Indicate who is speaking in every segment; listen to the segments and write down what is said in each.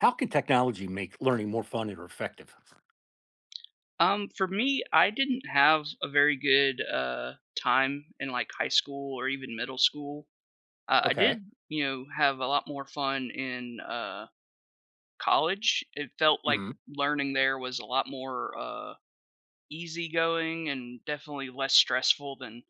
Speaker 1: How can technology make learning more fun and effective?
Speaker 2: For me, I didn't have a very good time in like high school or even middle school. I did,
Speaker 1: Okay.
Speaker 2: you know, have a lot more fun in college. It felt like
Speaker 1: Mhm.
Speaker 2: learning there was a lot more easygoing and definitely less stressful than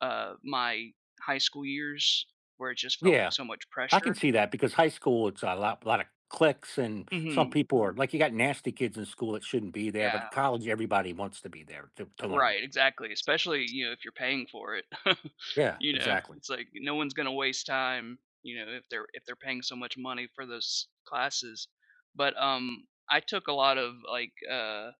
Speaker 2: my high school years where it just felt like
Speaker 1: Yeah,
Speaker 2: so much
Speaker 1: I can
Speaker 2: pressure.
Speaker 1: see that because high school, it's a lot, lot of clicks, and some
Speaker 2: Mhm.
Speaker 1: people are like you got nasty kids in school that shouldn't be there, but
Speaker 2: Yeah.
Speaker 1: at college, everybody wants to be there to learn.
Speaker 2: Right, exactly, especially, you know, if you're paying for it.
Speaker 1: Yeah,
Speaker 2: You know,
Speaker 1: exactly.
Speaker 2: it's like no one's gonna waste time, if they're paying so much money for those classes. But, I took a lot of, like, uh,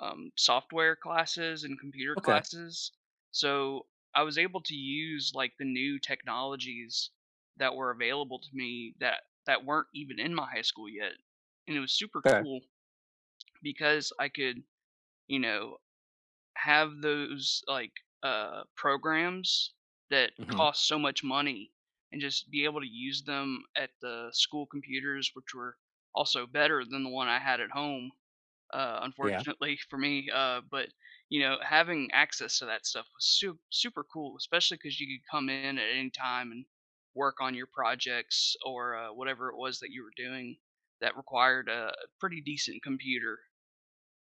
Speaker 2: um, software classes and computer
Speaker 1: Okay.
Speaker 2: classes, so I was able to use, like, the new technologies that were available to me that weren't even in my high school yet, and it was super
Speaker 1: Okay.
Speaker 2: cool because I could, you know, have those, like, programs that
Speaker 1: Hmm.
Speaker 2: cost so much money and just be able to use them at the school computers, which were also better than the one I had at home,
Speaker 1: Yeah.
Speaker 2: unfortunately for me, but, having access to that stuff was su super cool. Especially because you could come in at any time and work on your projects or, whatever it was that you were doing that required a pretty decent computer.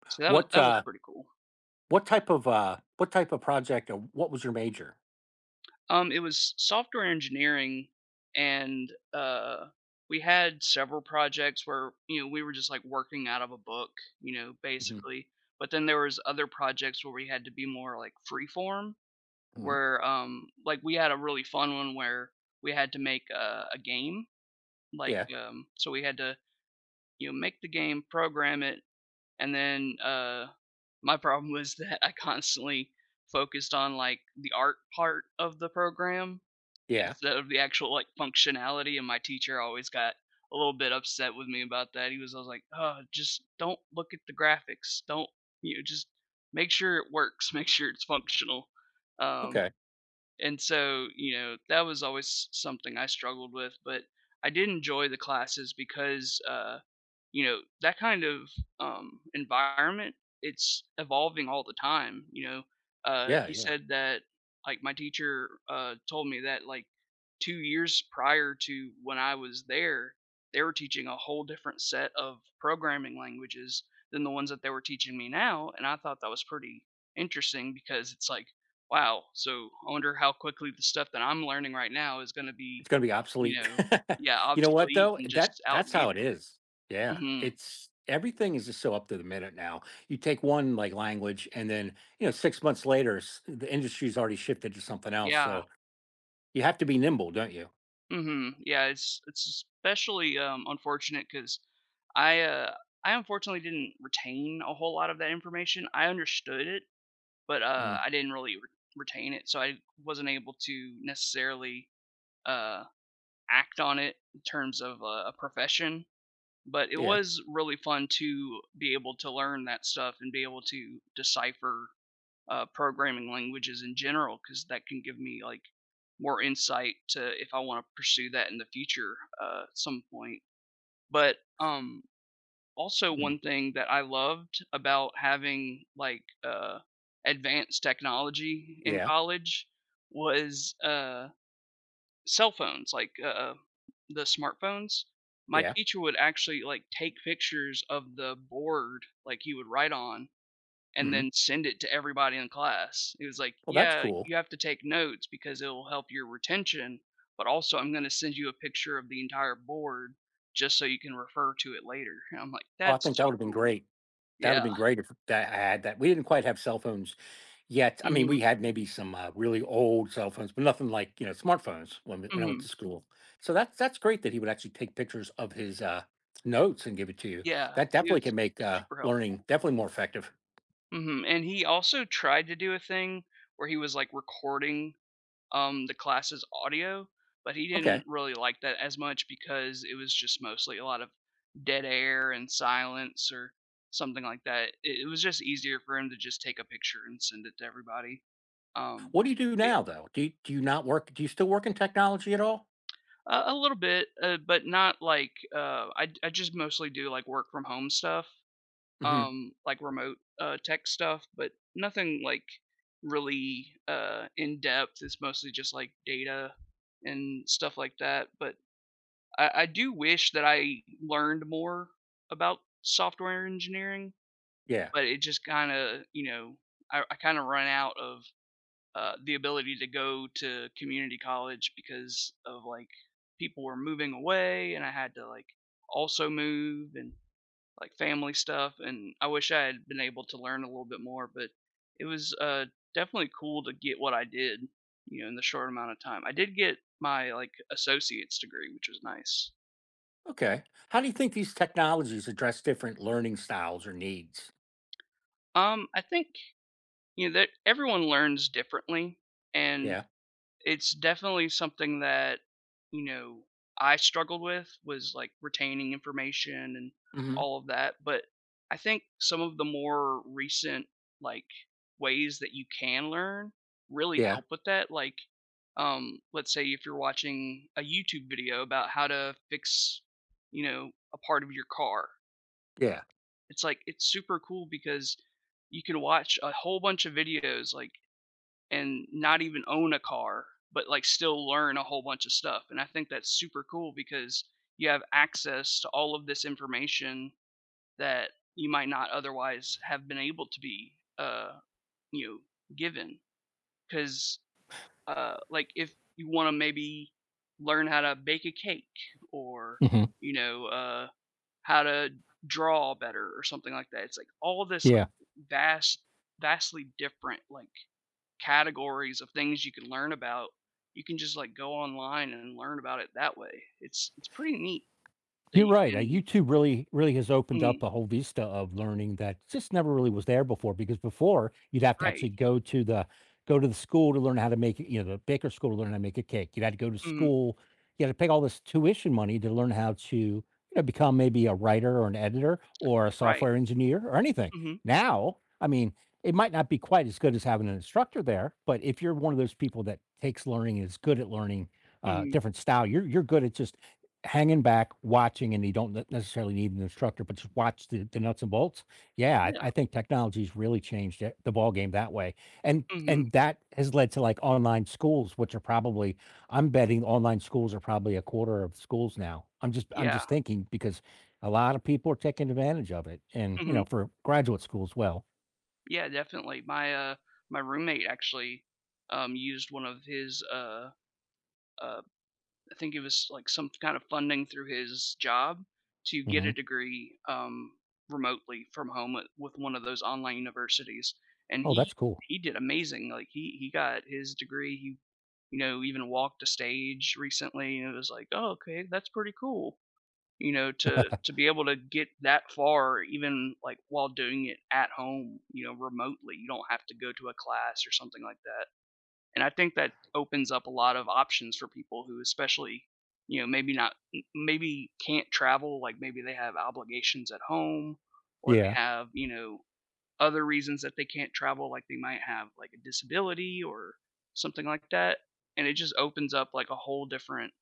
Speaker 2: So that was
Speaker 1: What
Speaker 2: that was
Speaker 1: uh,
Speaker 2: pretty cool.
Speaker 1: what type of project? Or what was your major?
Speaker 2: It was software engineering, and we had several projects where you know we were just like working out of a book, you know,
Speaker 1: Hmm.
Speaker 2: basically. But then there was other projects where we had to be more like freeform,
Speaker 1: Hmm.
Speaker 2: where like we had a really fun one where we had to make a game, like
Speaker 1: Yeah.
Speaker 2: so we had to you know make the game, program it, and then my problem was that I constantly focused on like the art part of the program
Speaker 1: Yeah.
Speaker 2: instead of the actual, like, functionality, and my teacher always got a little bit upset with me about that. He was always like, "Oh, just don't look at the graphics. Don't you know, just make sure it works, make sure it's functional." Um,
Speaker 1: Okay.
Speaker 2: and so, you know, that was always something I struggled with, but I did enjoy the classes because, you know, that kind of environment, it's evolving all the time. You know,
Speaker 1: Yeah.
Speaker 2: he
Speaker 1: Yeah.
Speaker 2: said that, like, my teacher told me that, like, 2 years prior to when I was there, they were teaching a whole different set of programming languages than the ones that they were teaching me now. And I thought that was pretty interesting because it's like, wow, so I wonder how quickly the stuff that I'm learning right now is gonna be,
Speaker 1: It's gonna be
Speaker 2: you
Speaker 1: obsolete.
Speaker 2: know, yeah,
Speaker 1: You know what
Speaker 2: obsolete
Speaker 1: though?
Speaker 2: and
Speaker 1: That
Speaker 2: just
Speaker 1: that's how it
Speaker 2: outdated.
Speaker 1: is. Yeah,
Speaker 2: Mhm.
Speaker 1: it's everything is just so up to the minute now. You take one like language, and then you know 6 months later, the industry's already shifted to something else.
Speaker 2: Yeah.
Speaker 1: So you have to be nimble, don't you?
Speaker 2: Mhm. Yeah, it's especially, unfortunate because I, uh I unfortunately didn't retain a whole lot of that information. I understood it, but,
Speaker 1: Mhm.
Speaker 2: I didn't really re retain it, so I wasn't able to necessarily, uh, act on it in terms of a profession. But it
Speaker 1: Yeah.
Speaker 2: was really fun to be able to learn that stuff and be able to decipher programming languages in general because that can give me like more insight to if I want to pursue that in the future at some point. But also
Speaker 1: Mhm.
Speaker 2: one thing that I loved about having like advanced technology in
Speaker 1: Yeah.
Speaker 2: college was cell phones, like, the smartphones. My
Speaker 1: Yeah.
Speaker 2: teacher would actually, like, take pictures of the board, like, he would write on, and
Speaker 1: Mhm.
Speaker 2: then send it to everybody in class. He was like,
Speaker 1: Well, that's
Speaker 2: "Yeah,
Speaker 1: cool.
Speaker 2: you have to take notes because it'll help your retention, but also I'm gonna send you a picture of the entire board just so you can refer to it later." And I'm like,
Speaker 1: Oh, I
Speaker 2: "That's
Speaker 1: think that
Speaker 2: so
Speaker 1: would've been
Speaker 2: cool."
Speaker 1: great. That
Speaker 2: Yeah.
Speaker 1: would've been great if that I had that. We didn't quite have cell phones yet. I mean,
Speaker 2: Mhm.
Speaker 1: we had maybe some, really old cell phones, but nothing like, you know, smartphones when we when I went to
Speaker 2: Mhm.
Speaker 1: school. So that's great that he would actually take pictures of his, notes and give it to you.
Speaker 2: Yeah.
Speaker 1: That
Speaker 2: It
Speaker 1: definitely
Speaker 2: was
Speaker 1: can make,
Speaker 2: super
Speaker 1: learning
Speaker 2: helpful.
Speaker 1: definitely more effective.
Speaker 2: Mhm, and he also tried to do a thing where he was, like, recording the class's audio, but he
Speaker 1: Okay.
Speaker 2: didn't really like that as much because it was just mostly a lot of dead air and silence or something like that. It was just easier for him to just take a picture and send it to everybody. Um,
Speaker 1: What do you do
Speaker 2: yeah,
Speaker 1: now, though? Do you not work do you still work in technology at all?
Speaker 2: a little bit, but not like I just mostly do like work from home stuff,
Speaker 1: Mhm.
Speaker 2: like remote tech stuff, but nothing like really in depth. It's mostly just like data and stuff like that. But I do wish that I learned more about software engineering,
Speaker 1: Yeah.
Speaker 2: but it just kind of, you know, I kind of run out of the ability to go to community college because of like people were moving away and I had to like also move and like family stuff. And I wish I had been able to learn a little bit more, but it was definitely cool to get what I did, you know, in the short amount of time. I did get my like associate's degree, which was nice.
Speaker 1: Okay. How do you think these technologies address different learning styles or needs?
Speaker 2: I think you know that everyone learns differently, and
Speaker 1: Yeah.
Speaker 2: it's definitely something that you know I struggled with was like retaining information and
Speaker 1: Mhm.
Speaker 2: all of that. But I think some of the more recent like ways that you can learn really
Speaker 1: Yeah.
Speaker 2: help with that. Like, let's say if you're watching a YouTube video about how to fix, you know, a part of your car,
Speaker 1: Yeah.
Speaker 2: it's like it's super cool because you can watch a whole bunch of videos, like, and not even own a car, but, like, still learn a whole bunch of stuff, and I think that's super cool because you have access to all of this information that you might not otherwise have been able to be, you know, given. 'Cause, like, if you wanna maybe learn how to bake a cake or,
Speaker 1: Mhm.
Speaker 2: you know, how to draw better or something like that. It's like all this
Speaker 1: Yeah,
Speaker 2: like vast vastly different like categories of things you can learn about. You can just like go online and learn about it that way. It's pretty neat that
Speaker 1: you're
Speaker 2: you
Speaker 1: right.
Speaker 2: can
Speaker 1: YouTube really, really has opened up
Speaker 2: mhm,
Speaker 1: a whole vista of learning that just never really was there before. Because before, you'd have to actually
Speaker 2: right.
Speaker 1: go to the school to learn how to make it. You know, the baker school to learn how to make a cake. You'd had to go to
Speaker 2: Mhm,
Speaker 1: school. You had to pay all this tuition money to learn how to you know become maybe a writer or an editor or a
Speaker 2: right.
Speaker 1: software engineer or anything.
Speaker 2: Mhm,
Speaker 1: Now, I mean, it might not be quite as good as having an instructor there, but if you're one of those people that takes learning and is good at learning
Speaker 2: mhm.
Speaker 1: different style, you're good at just hanging back, watching, and you don't necessarily need an instructor, but just watch the nuts and bolts. Yeah, I,
Speaker 2: Yeah.
Speaker 1: I think technology's really changed it, the ball game that way,
Speaker 2: Mhm.
Speaker 1: and that has led to like online schools, which are probably I'm betting online schools are probably a quarter of schools now. I'm just I'm
Speaker 2: Yeah.
Speaker 1: just thinking because a lot of people are taking advantage of it, and you
Speaker 2: Mhm.
Speaker 1: know for graduate school as well.
Speaker 2: Yeah, definitely. My, my roommate actually, used one of his, uh I think it was like some kind of funding through his job to get
Speaker 1: Hmm.
Speaker 2: a degree remotely from home with one of those online universities, and
Speaker 1: Oh,
Speaker 2: he
Speaker 1: that's cool.
Speaker 2: he did amazing. Like he got his degree. He you know even walked a stage recently, and it was like, oh okay, that's pretty cool. You know to be able to get that far even like while doing it at home, you know remotely. You don't have to go to a class or something like that. And I think that opens up a lot of options for people who especially, you know, maybe not maybe can't travel, like, maybe they have obligations at home or
Speaker 1: Yeah.
Speaker 2: they have, you know, other reasons that they can't travel, like, they might have, like, a disability or something like that, and it just opens up, like, a whole different,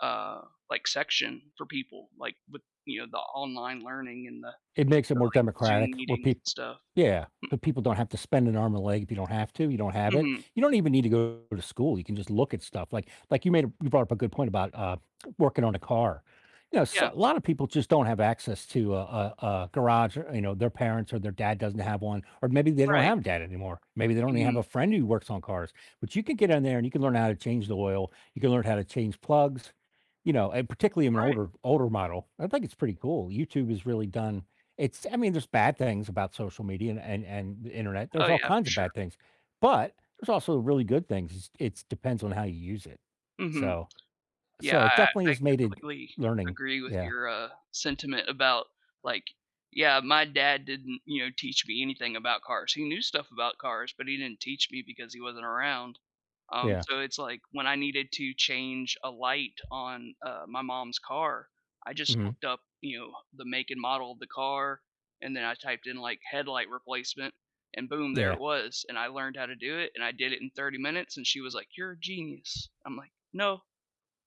Speaker 2: uh, like, section for people, like, with, you know, the online learning and the
Speaker 1: It makes it
Speaker 2: the,
Speaker 1: more
Speaker 2: like, Zoom
Speaker 1: democratic where
Speaker 2: meetings and
Speaker 1: people,
Speaker 2: stuff.
Speaker 1: yeah,
Speaker 2: Mm.
Speaker 1: so people don't have to spend an arm and a leg if you don't have to. You don't have it.
Speaker 2: Mhm.
Speaker 1: You don't even need to go to school. You can just look at stuff like you brought up a good point about working on a car. You know, so,
Speaker 2: Yeah.
Speaker 1: a lot of people just don't have access to a garage. Or, you know, their parents or their dad doesn't have one, or maybe they don't
Speaker 2: Right.
Speaker 1: have a dad anymore. Maybe they don't even have a
Speaker 2: Mhm.
Speaker 1: friend who works on cars. But you can get in there and you can learn how to change the oil. You can learn how to change plugs. You know, and particularly in an
Speaker 2: Right.
Speaker 1: older model, I think it's pretty cool. YouTube has really done it's I mean, there's bad things about social media and the internet.
Speaker 2: Oh,
Speaker 1: There's all
Speaker 2: yeah, for
Speaker 1: kinds of
Speaker 2: sure.
Speaker 1: bad things, but there's also really good things. It's depends on how you use it.
Speaker 2: Mhm.
Speaker 1: So
Speaker 2: Yeah,
Speaker 1: so it
Speaker 2: I
Speaker 1: definitely has made it
Speaker 2: completely
Speaker 1: learning.
Speaker 2: agree with
Speaker 1: Yeah.
Speaker 2: your, sentiment about, like yeah, my dad didn't, you know, teach me anything about cars. He knew stuff about cars, but he didn't teach me because he wasn't around.
Speaker 1: Yeah.
Speaker 2: So it's like when I needed to change a light on, my mom's car, I just
Speaker 1: Mhm.
Speaker 2: looked up, you know, the make and model of the car, and then I typed in, like, "headlight replacement," and boom, there
Speaker 1: Yeah.
Speaker 2: it was, and I learned how to do it, and I did it in 30 minutes, and she was like, "You're a genius." I'm like, "No,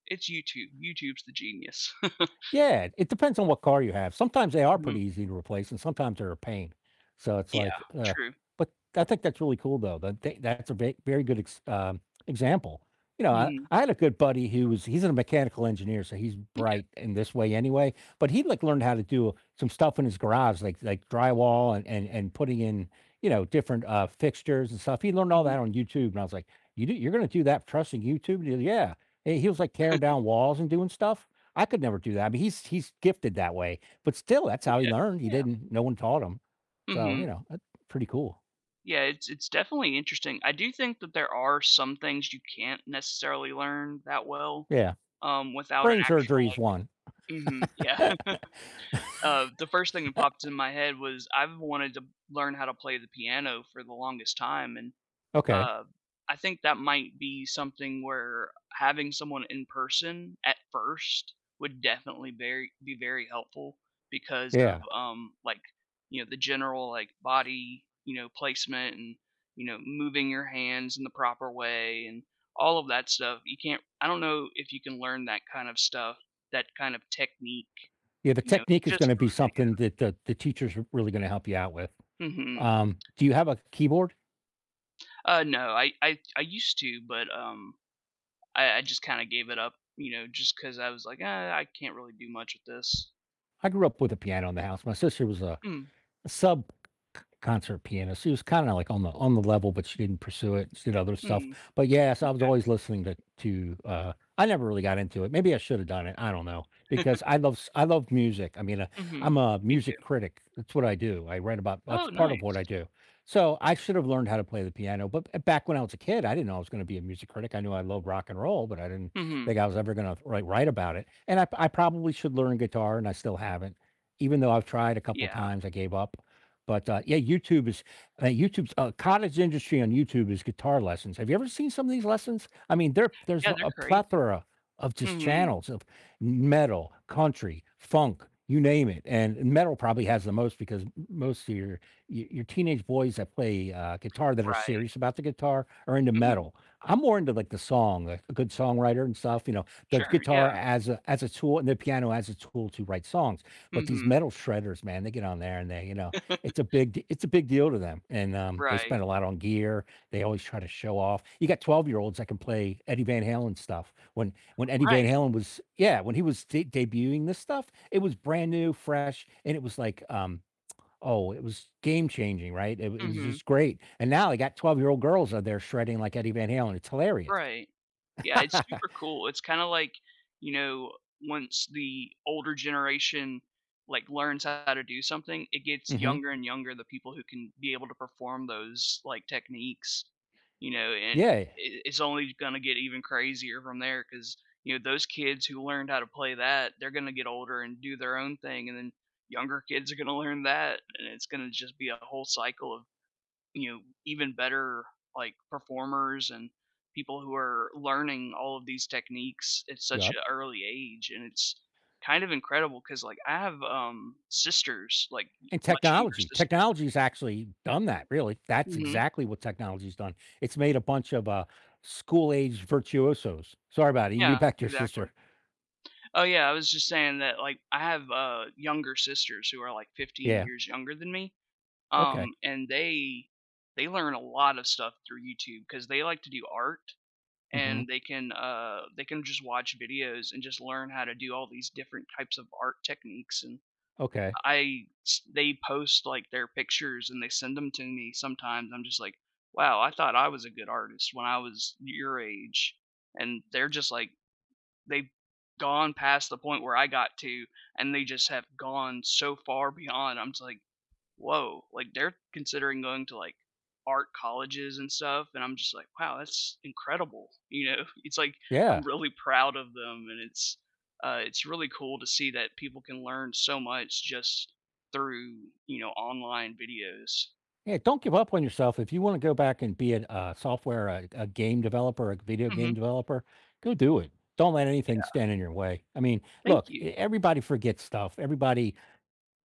Speaker 2: it's YouTube. YouTube's the genius."
Speaker 1: Yeah, it depends on what car you have. Sometimes they are
Speaker 2: Mhm.
Speaker 1: pretty easy to replace, and sometimes they're a pain. So it's
Speaker 2: Yeah,
Speaker 1: like,
Speaker 2: true.
Speaker 1: but I think that's really cool though. That's a very good example. You know, I,
Speaker 2: Mhm.
Speaker 1: I had a good buddy who was he's a mechanical engineer, so he's
Speaker 2: Okay,
Speaker 1: bright in this way anyway. But he like learned how to do some stuff in his garage, like drywall and putting in you know different fixtures and stuff. He learned all
Speaker 2: mhm,
Speaker 1: that on YouTube, and I was like, you do, you're going to do that trusting YouTube? He goes, yeah. And he was like tearing down walls and doing stuff. I could never do that. I mean, he's gifted that way, but still, that's how he
Speaker 2: okay.
Speaker 1: learned. He
Speaker 2: Yeah.
Speaker 1: didn't. No one taught him. So you
Speaker 2: Mhm.
Speaker 1: know, that's pretty cool.
Speaker 2: Yeah, it's definitely interesting. I do think that there are some things you can't necessarily learn that well,
Speaker 1: Yeah,
Speaker 2: without an
Speaker 1: brain
Speaker 2: actual,
Speaker 1: surgery is
Speaker 2: like
Speaker 1: one.
Speaker 2: mhm, yeah. The first thing that popped in my head was I've wanted to learn how to play the piano for the longest time, and
Speaker 1: Okay.
Speaker 2: Uh, I think that might be something where having someone in person at first would definitely very be very helpful because of
Speaker 1: Yeah.
Speaker 2: like you know the general like body you know placement and you know moving your hands in the proper way and all of that stuff you can't I don't know if you can learn that kind of stuff that kind of technique
Speaker 1: Yeah. The
Speaker 2: you know
Speaker 1: technique is going
Speaker 2: just
Speaker 1: to be
Speaker 2: through
Speaker 1: something that the teachers are really going to help you out with.
Speaker 2: a video hmm
Speaker 1: Do you have a keyboard?
Speaker 2: no, I used to but um, I just kind of gave it up, you know, just because I was like, ah, I can't really do much with this.
Speaker 1: I grew up with a piano in the house. My sister was
Speaker 2: Mm,
Speaker 1: a sub concert pianist. She was kinda like on the level, but she didn't pursue it. She did other stuff.
Speaker 2: mm,
Speaker 1: But yes, I was always listening to I never really got into it. Maybe I should have done it. I don't know, because I love music. I mean,
Speaker 2: mm-hmm.
Speaker 1: I'm a
Speaker 2: Me too.
Speaker 1: music critic. That's what I do. I write about That's
Speaker 2: Oh,
Speaker 1: part of what I
Speaker 2: nice.
Speaker 1: do. So, I should have learned how to play the piano, but b back when I was a kid, I didn't know I was gonna be a music critic. I knew I loved rock and roll, but I didn't
Speaker 2: Mm-hmm.
Speaker 1: think I was ever gonna, write about it. And I probably should learn guitar, and I still haven't. Even though I've tried a couple
Speaker 2: Yeah.
Speaker 1: times, I gave up. But yeah, YouTube's cottage industry on YouTube is guitar lessons. Have you ever seen some of these lessons? I mean, there's
Speaker 2: Yeah, they're
Speaker 1: a
Speaker 2: crazy.
Speaker 1: plethora of just
Speaker 2: Mm-hmm.
Speaker 1: channels of metal, country, funk, you name it. And metal probably has the most because most of your your teenage boys that play guitar that are
Speaker 2: Right.
Speaker 1: serious about the guitar are into
Speaker 2: Mm-hmm.
Speaker 1: metal. I'm more into like the song, like a good songwriter and stuff. You know, the
Speaker 2: Sure.
Speaker 1: guitar
Speaker 2: Yeah.
Speaker 1: as a tool and the piano as a tool to write songs. But these
Speaker 2: Mm-hmm.
Speaker 1: metal shredders, man, they get on there and they, you know, it's a it's a big deal to them. And they spend
Speaker 2: Right.
Speaker 1: a lot on gear. They always try to show off. You got 12-year-olds that can play Eddie Van Halen stuff. When Eddie Van
Speaker 2: Right.
Speaker 1: Halen was yeah, when he was de debuting this stuff, it was brand new, fresh, and it was like um Oh, it was game changing, right? It was
Speaker 2: Mm-hmm.
Speaker 1: just great. And now they got 12-year-old girls out there shredding like Eddie Van Halen. It's hilarious.
Speaker 2: Right. Yeah, it's super cool. It's kinda like, you know, once the older generation, like, learns how to do something, it gets
Speaker 1: Mhm.
Speaker 2: younger and younger, the people who can be able to perform those, like, techniques, you know, and I
Speaker 1: Yeah.
Speaker 2: it's only gonna get even crazier from there because you know, those kids who learned how to play that, they're gonna get older and do their own thing, and then younger kids are gonna learn that, and it's gonna just be a whole cycle of you know, even better like performers and people who are learning all of these techniques at such
Speaker 1: Yep.
Speaker 2: an early age and it's kind of incredible because like I have sisters like
Speaker 1: And
Speaker 2: much younger
Speaker 1: technology.
Speaker 2: sister
Speaker 1: Technology's actually done that, really. That's
Speaker 2: hmm
Speaker 1: exactly what technology's done. It's made a bunch of, school age virtuosos. Sorry about it, you can get
Speaker 2: yeah
Speaker 1: back to your
Speaker 2: exactly
Speaker 1: sister.
Speaker 2: oh yeah I was just saying that like I have younger sisters who are like 15
Speaker 1: Yeah,
Speaker 2: years younger than me
Speaker 1: okay.
Speaker 2: and they learn a lot of stuff through YouTube because they like to do art
Speaker 1: Mhm,
Speaker 2: and they can just watch videos and just learn how to do all these different types of art techniques and
Speaker 1: okay.
Speaker 2: I they post like their pictures and they send them to me sometimes I'm just like wow I thought I was a good artist when I was your age and they're just like they've gone past the point where I got to and they just have gone so far beyond I'm just like whoa, like they're considering going to like art colleges and stuff. And I'm just like, wow, that's incredible. You know, it's like I'm
Speaker 1: Yeah.
Speaker 2: really proud of them, and it's really cool to see that people can learn so much just through you know online videos.
Speaker 1: Yeah, don't give up on yourself. If you wanna go back and be a game developer, a video
Speaker 2: Hmm.
Speaker 1: game developer, go do it. Don't let anything
Speaker 2: Yeah,
Speaker 1: stand in your way. I mean,
Speaker 2: thank
Speaker 1: look, e
Speaker 2: you.
Speaker 1: everybody forgets stuff. Everybody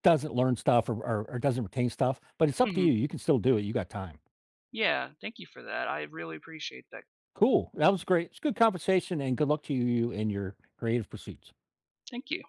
Speaker 1: doesn't learn stuff or doesn't retain stuff, but it's up to
Speaker 2: Hmm.
Speaker 1: you. You can still do it, you got time.
Speaker 2: Yeah, thank you for that. I really appreciate that.
Speaker 1: Cool. That was great. It's a good conversation and good luck to you and your creative pursuits.
Speaker 2: Thank you.